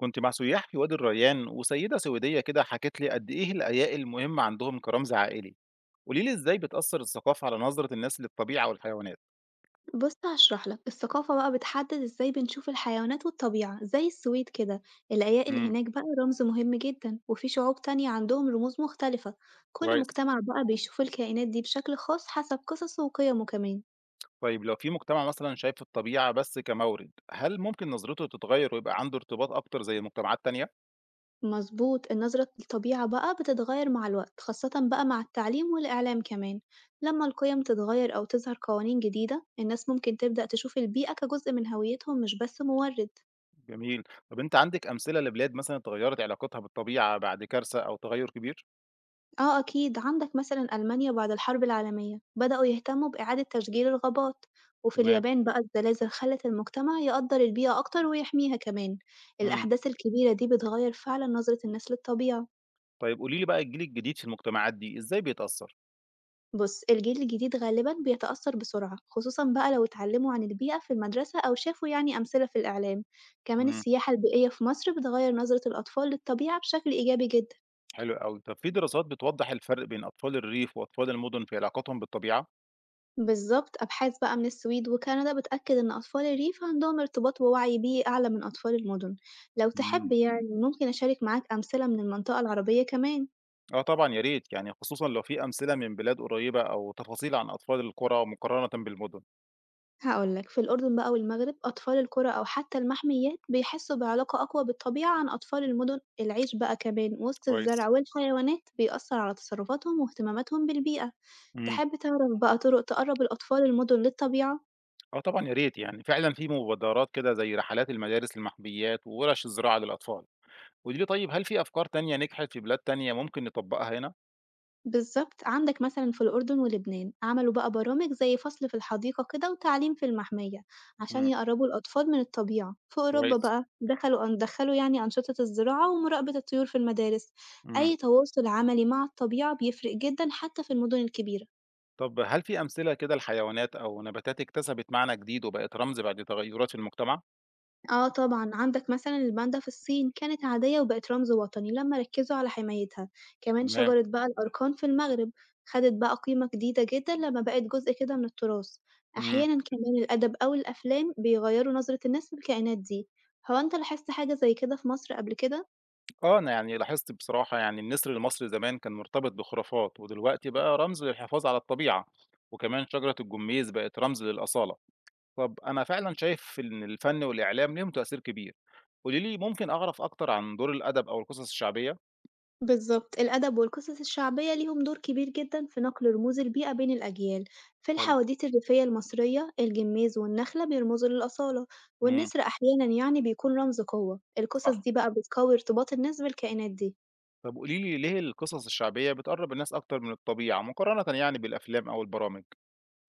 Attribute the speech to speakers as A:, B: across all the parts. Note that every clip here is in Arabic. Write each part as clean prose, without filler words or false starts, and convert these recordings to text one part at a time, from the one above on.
A: كنت مع سياح في وادي الريان وسيدة سويدية كده حكت لي قد إيه الأيائل مهم عندهم كرمز عائلي. قولي لي إزاي بتأثر الثقافة على نظرة الناس للطبيعة والحيوانات.
B: بص، هشرح لك. الثقافة بقى بتحدد ازاي بنشوف الحيوانات والطبيعة، زي السويد كده. العيال
A: امم.
B: هناك بقى رمز مهم جدا، وفي شعوب تانية عندهم رموز مختلفة. كل
A: كويس.
B: مجتمع بقى بيشوف الكائنات دي بشكل خاص حسب قصصه وقيمه كمان.
A: طيب لو في مجتمع مثلا شايف الطبيعة بس كمورد هل ممكن نظرته تتغير ويبقى عنده ارتباط أكتر زي مجتمعات تانية؟
B: مظبوط، النظرة للطبيعة بقى بتتغير مع الوقت، خاصة بقى مع التعليم والإعلام كمان. لما القيم تتغير أو تظهر قوانين جديدة، الناس ممكن تبدأ تشوف البيئة كجزء من هويتهم، مش بس مورد.
A: جميل. طب أنت عندك أمثلة لبلاد مثلا اتغيرت علاقتها بالطبيعة بعد كارثة أو تغير كبير؟
B: آه أكيد، عندك مثلا ألمانيا بعد الحرب العالمية بدأوا يهتموا بإعادة تشجير الغابات. وفي
A: تمام.
B: اليابان بقى الزلازل خلت المجتمع يقدر البيئة أكتر ويحميها كمان.
A: امم.
B: الأحداث الكبيرة دي بتغير فعلا نظرة الناس للطبيعة.
A: طيب قولي لي بقى الجيل الجديد في المجتمعات دي إزاي بيتأثر؟
B: بص، الجيل الجديد غالبا بيتأثر بسرعة، خصوصا بقى لو اتعلموا عن البيئة في المدرسة أو شافوا يعني أمثلة في الإعلام. كمان السياحة البيئية في مصر بتغير نظرة الأطفال للطبيعة بشكل إيجابي جدا.
A: حلو أوي. طب في دراسات بتوضح الفرق بين أطفال الريف وأطفال المدن في علاقتهم بالطبيعة؟
B: بالضبط، أبحاث بقى من السويد وكندا بتأكد إن أطفال الريف عندهم ارتباط ووعي بيئي أعلى من أطفال المدن، لو تحب
A: مم.
B: يعني ممكن أشارك معاك أمثلة من المنطقة العربية كمان.
A: آه طبعًا يا ريت يعني خصوصًا لو في أمثلة من بلاد قريبة أو تفاصيل عن أطفال القرى مقارنة بالمدن.
B: هاقول لك، في الأردن بقى والمغرب أطفال القرى أو حتى المحميات بيحسوا بعلاقة أقوى بالطبيعة عن أطفال المدن، العيش بقى كمان وسط
A: كويس.
B: الزرع والحيوانات بيأثر على تصرفاتهم واهتماماتهم بالبيئة.
A: امم.
B: تحب تعرف بقى طرق تقرب الأطفال المدن للطبيعة؟
A: آه طبعًا يا ريت يعني فعلًا في مبادرات كده زي رحلات المدارس المحميات وورش الزراعة للأطفال. قولي لي طيب هل في أفكار تانية نجحت في بلاد تانية ممكن نطبقها هنا؟
B: بالظبط، عندك مثلا في الأردن ولبنان عملوا بقى برامج زي فصل في الحديقة كده وتعليم في المحمية، عشان
A: مم.
B: يقربوا الأطفال من الطبيعة. في أوروبا
A: كويس.
B: بقى دخلوا يعني أنشطة الزراعة ومراقبة الطيور في المدارس.
A: امم.
B: أي تواصل عملي مع الطبيعة بيفرق جدا، حتى في المدن الكبيرة.
A: طب هل في أمثلة كده لحيوانات أو نباتات اكتسبت معنى جديد وبقت رمز بعد تغيرات في المجتمع؟
B: آه طبعًا، عندك مثلًا الباندا في الصين كانت عادية وبقت رمز وطني لمّا ركّزوا على حمايتها، كمان
A: تمام.
B: شجرة بقى الأركان في المغرب خدت بقى قيمة جديدة جدًا لمّا بقت جزء كده من التراث.
A: مم.
B: أحيانًا كمان الأدب أو الأفلام بيغيّروا نظرة الناس للكائنات دي. هو أنت لاحظت حاجة زي كده في مصر قبل كده؟
A: آه، أنا يعني لاحظت بصراحة يعني النسر المصري زمان كان مرتبط بخرافات، ودلوقتي بقى رمز للحفاظ على الطبيعة، وكمان شجرة الجميز بقت رمز للأصالة. طب أنا فعلًا شايف إن الفن والإعلام ليهم تأثير كبير. قولي لي ممكن أعرف أكتر عن دور الأدب أو القصص الشعبية؟
B: بالظبط، الأدب والقصص الشعبية ليهم دور كبير جدا في نقل رموز البيئة بين الأجيال. في
A: حلو،
B: الحواديت الريفية المصرية الجميز والنخلة بيرمزوا للأصالة،
A: إمم،
B: والنسر أحيانا يعني بيكون رمز قوة. القصص
A: صح.
B: دي بقى بتقوي ارتباط الناس بالكائنات دي.
A: طب قولي لي ليه القصص الشعبية بتقرب الناس أكتر من الطبيعة مقارنة يعني بالأفلام أو البرامج؟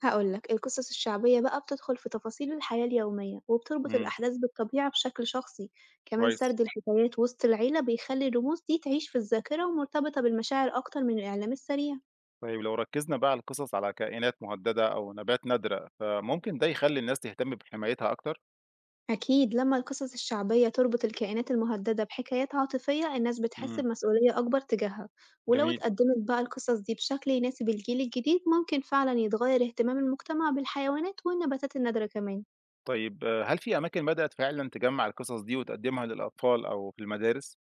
B: هقولك، القصص الشعبية بقى بتدخل في تفاصيل الحياة اليومية وبتربط
A: إمم،
B: الأحداث بالطبيعة بشكل شخصي. كمان
A: كويس.
B: سرد الحكايات وسط العيلة بيخلي الرموز دي تعيش في الذاكرة ومرتبطة بالمشاعر أكتر من الإعلام السريع.
A: طيب لو ركزنا بقى على القصص على كائنات مهددة أو نبات نادرة، فممكن ده يخلي الناس تهتم بحمايتها أكتر؟
B: أكيد، لما القصص الشعبية تربط الكائنات المهددة بحكايات عاطفية الناس بتحس
A: إمم،
B: بمسؤولية أكبر تجاهها. ولو
A: جميل.
B: اتقدمت بقى القصص دي بشكل يناسب الجيل الجديد، ممكن فعلا يتغير اهتمام المجتمع بالحيوانات والنباتات النادرة كمان.
A: طيب آه، هل في أماكن بدأت فعلًا تجمّع القصص دي وتقدّمها للأطفال أو في المدارس؟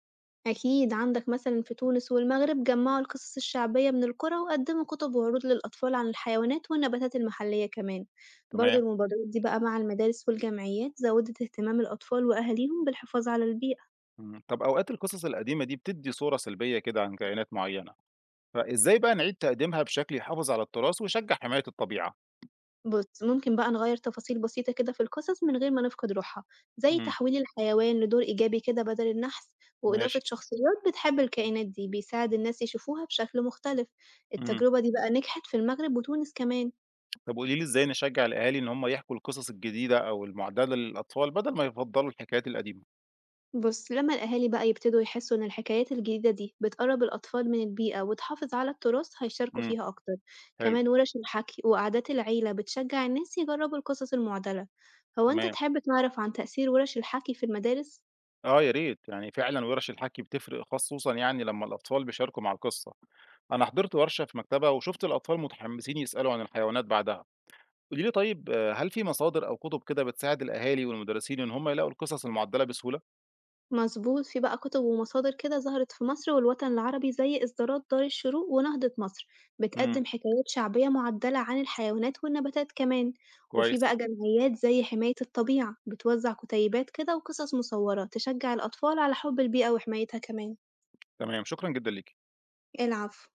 B: أكيد، عندك مثلا في تونس والمغرب جمعوا القصص الشعبية من القرى وقدموا كتب وعروض للأطفال عن الحيوانات والنباتات المحلية كمان. برضه
A: تمام،
B: المبادرات دي بقى مع المدارس والجمعيات زودت اهتمام الأطفال وأهاليهم بالحفاظ على البيئة.
A: إمم. طب أوقات القصص القديمة دي بتدّي صورة سلبية كده عن كائنات معيّنة، فإزاي بقى نعيد تقديمها بشكل يحافظ على التراث ويشجّع حماية الطبيعة؟
B: بُص، ممكن بقى نغيّر تفاصيل بسيطة كده في القصص من غير ما نفقد روحها، زي
A: إمم،
B: تحويل الحيوان لدور إيجابي كده بدل النحس،
A: ماشي.
B: وإضافة شخصيات بتحب الكائنات دي، بيساعد الناس يشوفوها بشكل مختلف.
A: إمم.
B: التجربة دي بقى نجحت في المغرب وتونس كمان.
A: طب قولي لي إزاي نشجّع الأهالي إن هم يحكوا القصص الجديدة أو المُعدّلة للأطفال بدل ما يفضّلوا الحكايات القديمة؟
B: بُص، لما الأهالي بقى يبتدوا يحسوا إن الحكايات الجديدة دي بتقرب الأطفال من البيئة وتحافظ على التراث، هيشاركوا
A: إمم،
B: فيها أكتر.
A: حلو،
B: كمان ورش الحكي وقعدات العيلة بتشجع الناس يجربوا القصص المعدلة. هو أنت
A: تمام.
B: تحب تعرف عن تأثير ورش الحكي في المدارس؟
A: آه يا ريت، يعني فعلًا وِرَش الحَكي بتفرق خصوصًا يعني لمّا الأطفال بيشاركوا مع القصة. أنا حضرت ورشة في مكتبة وشُفت الأطفال متحمسين يسألوا عن الحيوانات بعدها. قولي لي طيب آه، هل في مصادر أو كُتب كده بتساعد الأهالي والمدرسين إن هم يلاقوا القصص المُعدّلة بسهولة؟
B: مظبوط، في بقى كُتب ومصادر كده ظهرت في مصر والوطن العربي زي إصدارات دار الشروق ونهضة مصر،
A: إمم،
B: بتقدّم حكايات شعبية معدّلة عن الحيوانات والنباتات كمان. وفي
A: كويس،
B: بقى جمعيات زي حماية الطبيعة بتوزّع كُتيبات كده وقصص مصوّرة تشجّع الأطفال على حُب البيئة وحمايتها كمان.
A: تمام، شكرًا جدًا ليكِ.
B: العفو.